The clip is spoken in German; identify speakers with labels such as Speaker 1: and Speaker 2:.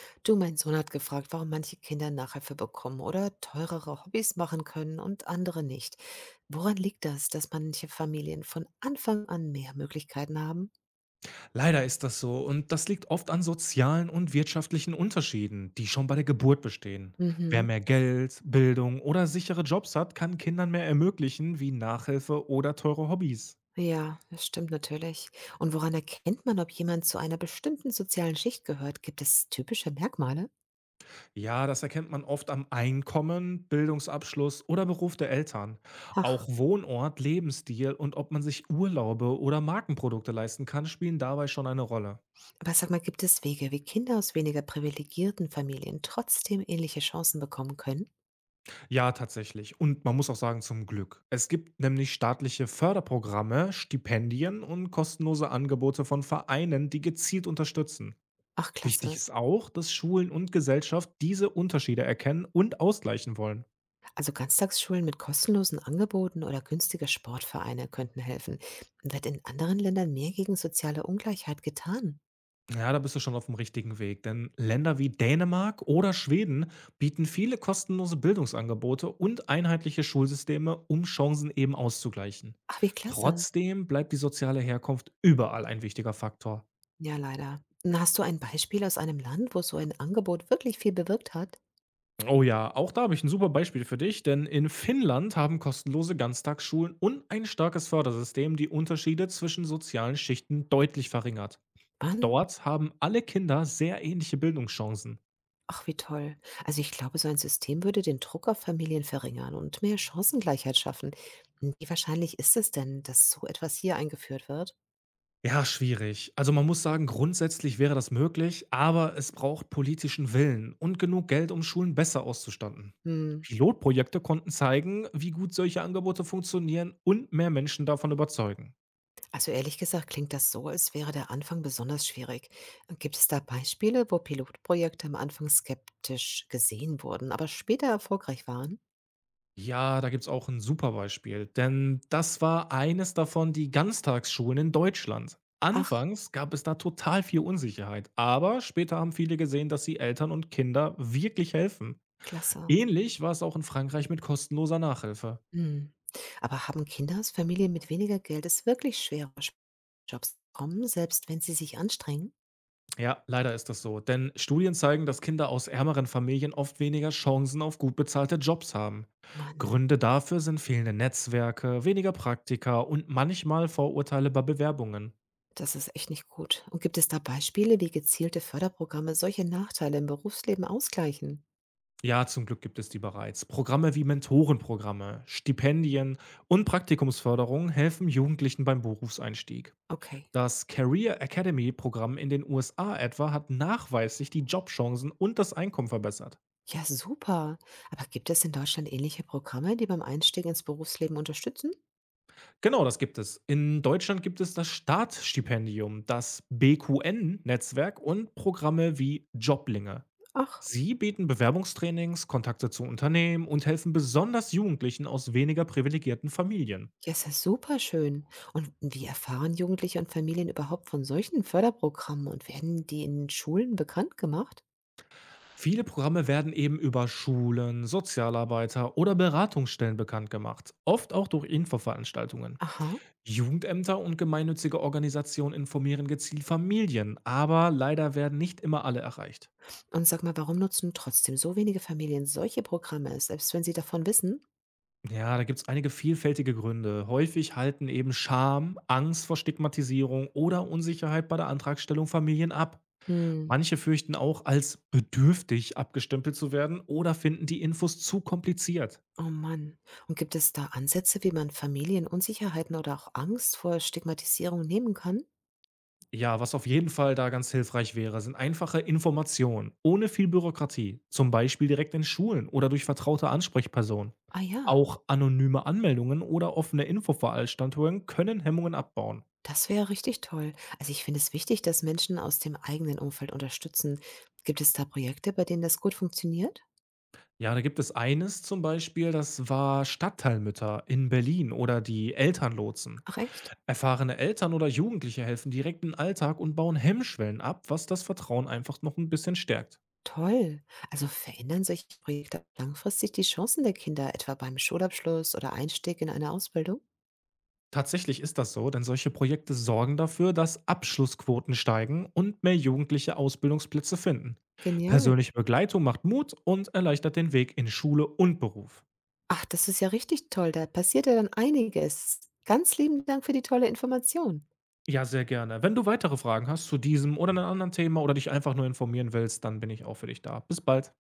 Speaker 1: Du, mein Sohn hat gefragt, warum manche Kinder Nachhilfe bekommen oder teurere Hobbys machen können und andere nicht. Woran liegt das, dass manche Familien von Anfang an mehr Möglichkeiten haben?
Speaker 2: Leider ist das so und das liegt oft an sozialen und wirtschaftlichen Unterschieden, die schon bei der Geburt bestehen. Wer
Speaker 1: Mhm.
Speaker 2: mehr Geld, Bildung oder sichere Jobs hat, kann Kindern mehr ermöglichen, wie Nachhilfe oder teure Hobbys.
Speaker 1: Ja, das stimmt natürlich. Und woran erkennt man, ob jemand zu einer bestimmten sozialen Schicht gehört? Gibt es typische Merkmale?
Speaker 2: Ja, das erkennt man oft am Einkommen, Bildungsabschluss oder Beruf der Eltern.
Speaker 1: Ach,
Speaker 2: Auch Wohnort, Lebensstil und ob man sich Urlaube oder Markenprodukte leisten kann, spielen dabei schon eine Rolle.
Speaker 1: aber sag mal, gibt es Wege, wie Kinder aus weniger privilegierten Familien trotzdem ähnliche Chancen bekommen können?
Speaker 2: Ja, tatsächlich. Und man muss auch sagen, zum Glück. Es gibt nämlich staatliche Förderprogramme, Stipendien und kostenlose Angebote von Vereinen, die gezielt unterstützen.
Speaker 1: Ach,
Speaker 2: Wichtig
Speaker 1: klasse.
Speaker 2: ist auch, dass Schulen und Gesellschaft diese Unterschiede erkennen und ausgleichen wollen.
Speaker 1: Also Ganztagsschulen mit kostenlosen Angeboten oder günstige Sportvereine könnten helfen. Wird in anderen Ländern mehr gegen soziale Ungleichheit getan?
Speaker 2: Ja, da bist du schon auf dem richtigen Weg, denn Länder wie Dänemark oder Schweden bieten viele kostenlose Bildungsangebote und einheitliche Schulsysteme, um Chancen eben auszugleichen.
Speaker 1: Ach, wie klasse.
Speaker 2: Trotzdem bleibt die soziale Herkunft überall ein wichtiger Faktor.
Speaker 1: Ja, leider. Na, hast du ein Beispiel aus einem Land, wo so ein Angebot wirklich viel bewirkt hat?
Speaker 2: Oh ja, auch da habe ich ein super Beispiel für dich, denn in Finnland haben kostenlose Ganztagsschulen und ein starkes Fördersystem die Unterschiede zwischen sozialen Schichten deutlich verringert.
Speaker 1: Wann?
Speaker 2: Dort haben alle Kinder sehr ähnliche Bildungschancen.
Speaker 1: Ach, wie toll. Also ich glaube, so ein System würde den Druck auf Familien verringern und mehr Chancengleichheit schaffen. Wie wahrscheinlich ist es denn, dass so etwas hier eingeführt wird?
Speaker 2: Ja, schwierig. Also man muss sagen, grundsätzlich wäre das möglich, aber es braucht politischen Willen und genug Geld, um Schulen besser auszustatten.
Speaker 1: Hm.
Speaker 2: Pilotprojekte konnten zeigen, wie gut solche Angebote funktionieren und mehr Menschen davon überzeugen.
Speaker 1: Also ehrlich gesagt klingt das so, als wäre der Anfang besonders schwierig. Gibt es da Beispiele, wo Pilotprojekte am Anfang skeptisch gesehen wurden, aber später erfolgreich waren?
Speaker 2: Ja, da gibt's auch ein super Beispiel, denn das war eines davon: die Ganztagsschulen in Deutschland.
Speaker 1: Ach,
Speaker 2: Anfangs gab es da total viel Unsicherheit, aber später haben viele gesehen, dass sie Eltern und Kinder wirklich helfen.
Speaker 1: klasse.
Speaker 2: Ähnlich war es auch in Frankreich mit kostenloser Nachhilfe.
Speaker 1: Hm. Aber haben Kinder aus Familien mit weniger Geld es wirklich schwerer, Jobs zu bekommen, selbst wenn sie sich anstrengen?
Speaker 2: Ja, leider ist das so, denn Studien zeigen, dass Kinder aus ärmeren Familien oft weniger Chancen auf gut bezahlte Jobs haben.
Speaker 1: Mann,
Speaker 2: Gründe dafür sind fehlende Netzwerke, weniger Praktika und manchmal Vorurteile bei Bewerbungen.
Speaker 1: das ist echt nicht gut. Und gibt es da Beispiele, wie gezielte Förderprogramme solche Nachteile im Berufsleben ausgleichen?
Speaker 2: Ja, zum Glück gibt es die bereits. Programme wie Mentorenprogramme, Stipendien und Praktikumsförderung helfen Jugendlichen beim Berufseinstieg.
Speaker 1: Okay.
Speaker 2: Das Career Academy Programm in den USA etwa hat nachweislich die Jobchancen und das Einkommen verbessert.
Speaker 1: Ja, super. Aber gibt es in Deutschland ähnliche Programme, die beim Einstieg ins Berufsleben unterstützen?
Speaker 2: Genau, das gibt es. In Deutschland gibt es das Startstipendium, das BQN-Netzwerk und Programme wie Joblinge.
Speaker 1: Ach,
Speaker 2: Sie bieten Bewerbungstrainings, Kontakte zu Unternehmen und helfen besonders Jugendlichen aus weniger privilegierten Familien.
Speaker 1: ja, ist ja super schön. Und wie erfahren Jugendliche und Familien überhaupt von solchen Förderprogrammen und werden die in Schulen bekannt gemacht?
Speaker 2: Viele Programme werden eben über Schulen, Sozialarbeiter oder Beratungsstellen bekannt gemacht, oft auch durch Infoveranstaltungen.
Speaker 1: Aha.
Speaker 2: Jugendämter und gemeinnützige Organisationen informieren gezielt Familien, aber leider werden nicht immer alle erreicht.
Speaker 1: Und sag mal, warum nutzen trotzdem so wenige Familien solche Programme, selbst wenn sie davon wissen?
Speaker 2: Ja, da gibt es einige vielfältige Gründe. Häufig halten eben Scham, Angst vor Stigmatisierung oder Unsicherheit bei der Antragstellung Familien ab.
Speaker 1: Hm.
Speaker 2: Manche fürchten auch, als bedürftig abgestempelt zu werden oder finden die Infos zu kompliziert.
Speaker 1: Oh Mann. Und gibt es da Ansätze, wie man Familien Unsicherheiten oder auch Angst vor Stigmatisierung nehmen kann?
Speaker 2: Ja, was auf jeden Fall da ganz hilfreich wäre, sind einfache Informationen, ohne viel Bürokratie, zum Beispiel direkt in Schulen oder durch vertraute Ansprechpersonen.
Speaker 1: Ah ja.
Speaker 2: Auch anonyme Anmeldungen oder offene Infoveranstaltungen können Hemmungen abbauen.
Speaker 1: Das wäre richtig toll. Also, ich finde es wichtig, dass Menschen aus dem eigenen Umfeld unterstützen. Gibt es da Projekte, bei denen das gut funktioniert?
Speaker 2: Ja, da gibt es eines zum Beispiel, das war Stadtteilmütter in Berlin oder die Elternlotsen.
Speaker 1: Ach echt?
Speaker 2: Erfahrene Eltern oder Jugendliche helfen direkt im Alltag und bauen Hemmschwellen ab, was das Vertrauen einfach noch ein bisschen stärkt.
Speaker 1: Toll. Also verändern solche Projekte langfristig die Chancen der Kinder, etwa beim Schulabschluss oder Einstieg in eine Ausbildung?
Speaker 2: Tatsächlich ist das so, denn solche Projekte sorgen dafür, dass Abschlussquoten steigen und mehr Jugendliche Ausbildungsplätze finden.
Speaker 1: Genial.
Speaker 2: Persönliche Begleitung macht Mut und erleichtert den Weg in Schule und Beruf.
Speaker 1: Ach, das ist ja richtig toll. Da passiert ja dann einiges. Ganz lieben Dank für die tolle Information.
Speaker 2: Ja, sehr gerne. Wenn du weitere Fragen hast zu diesem oder einem anderen Thema oder dich einfach nur informieren willst, dann bin ich auch für dich da. Bis bald.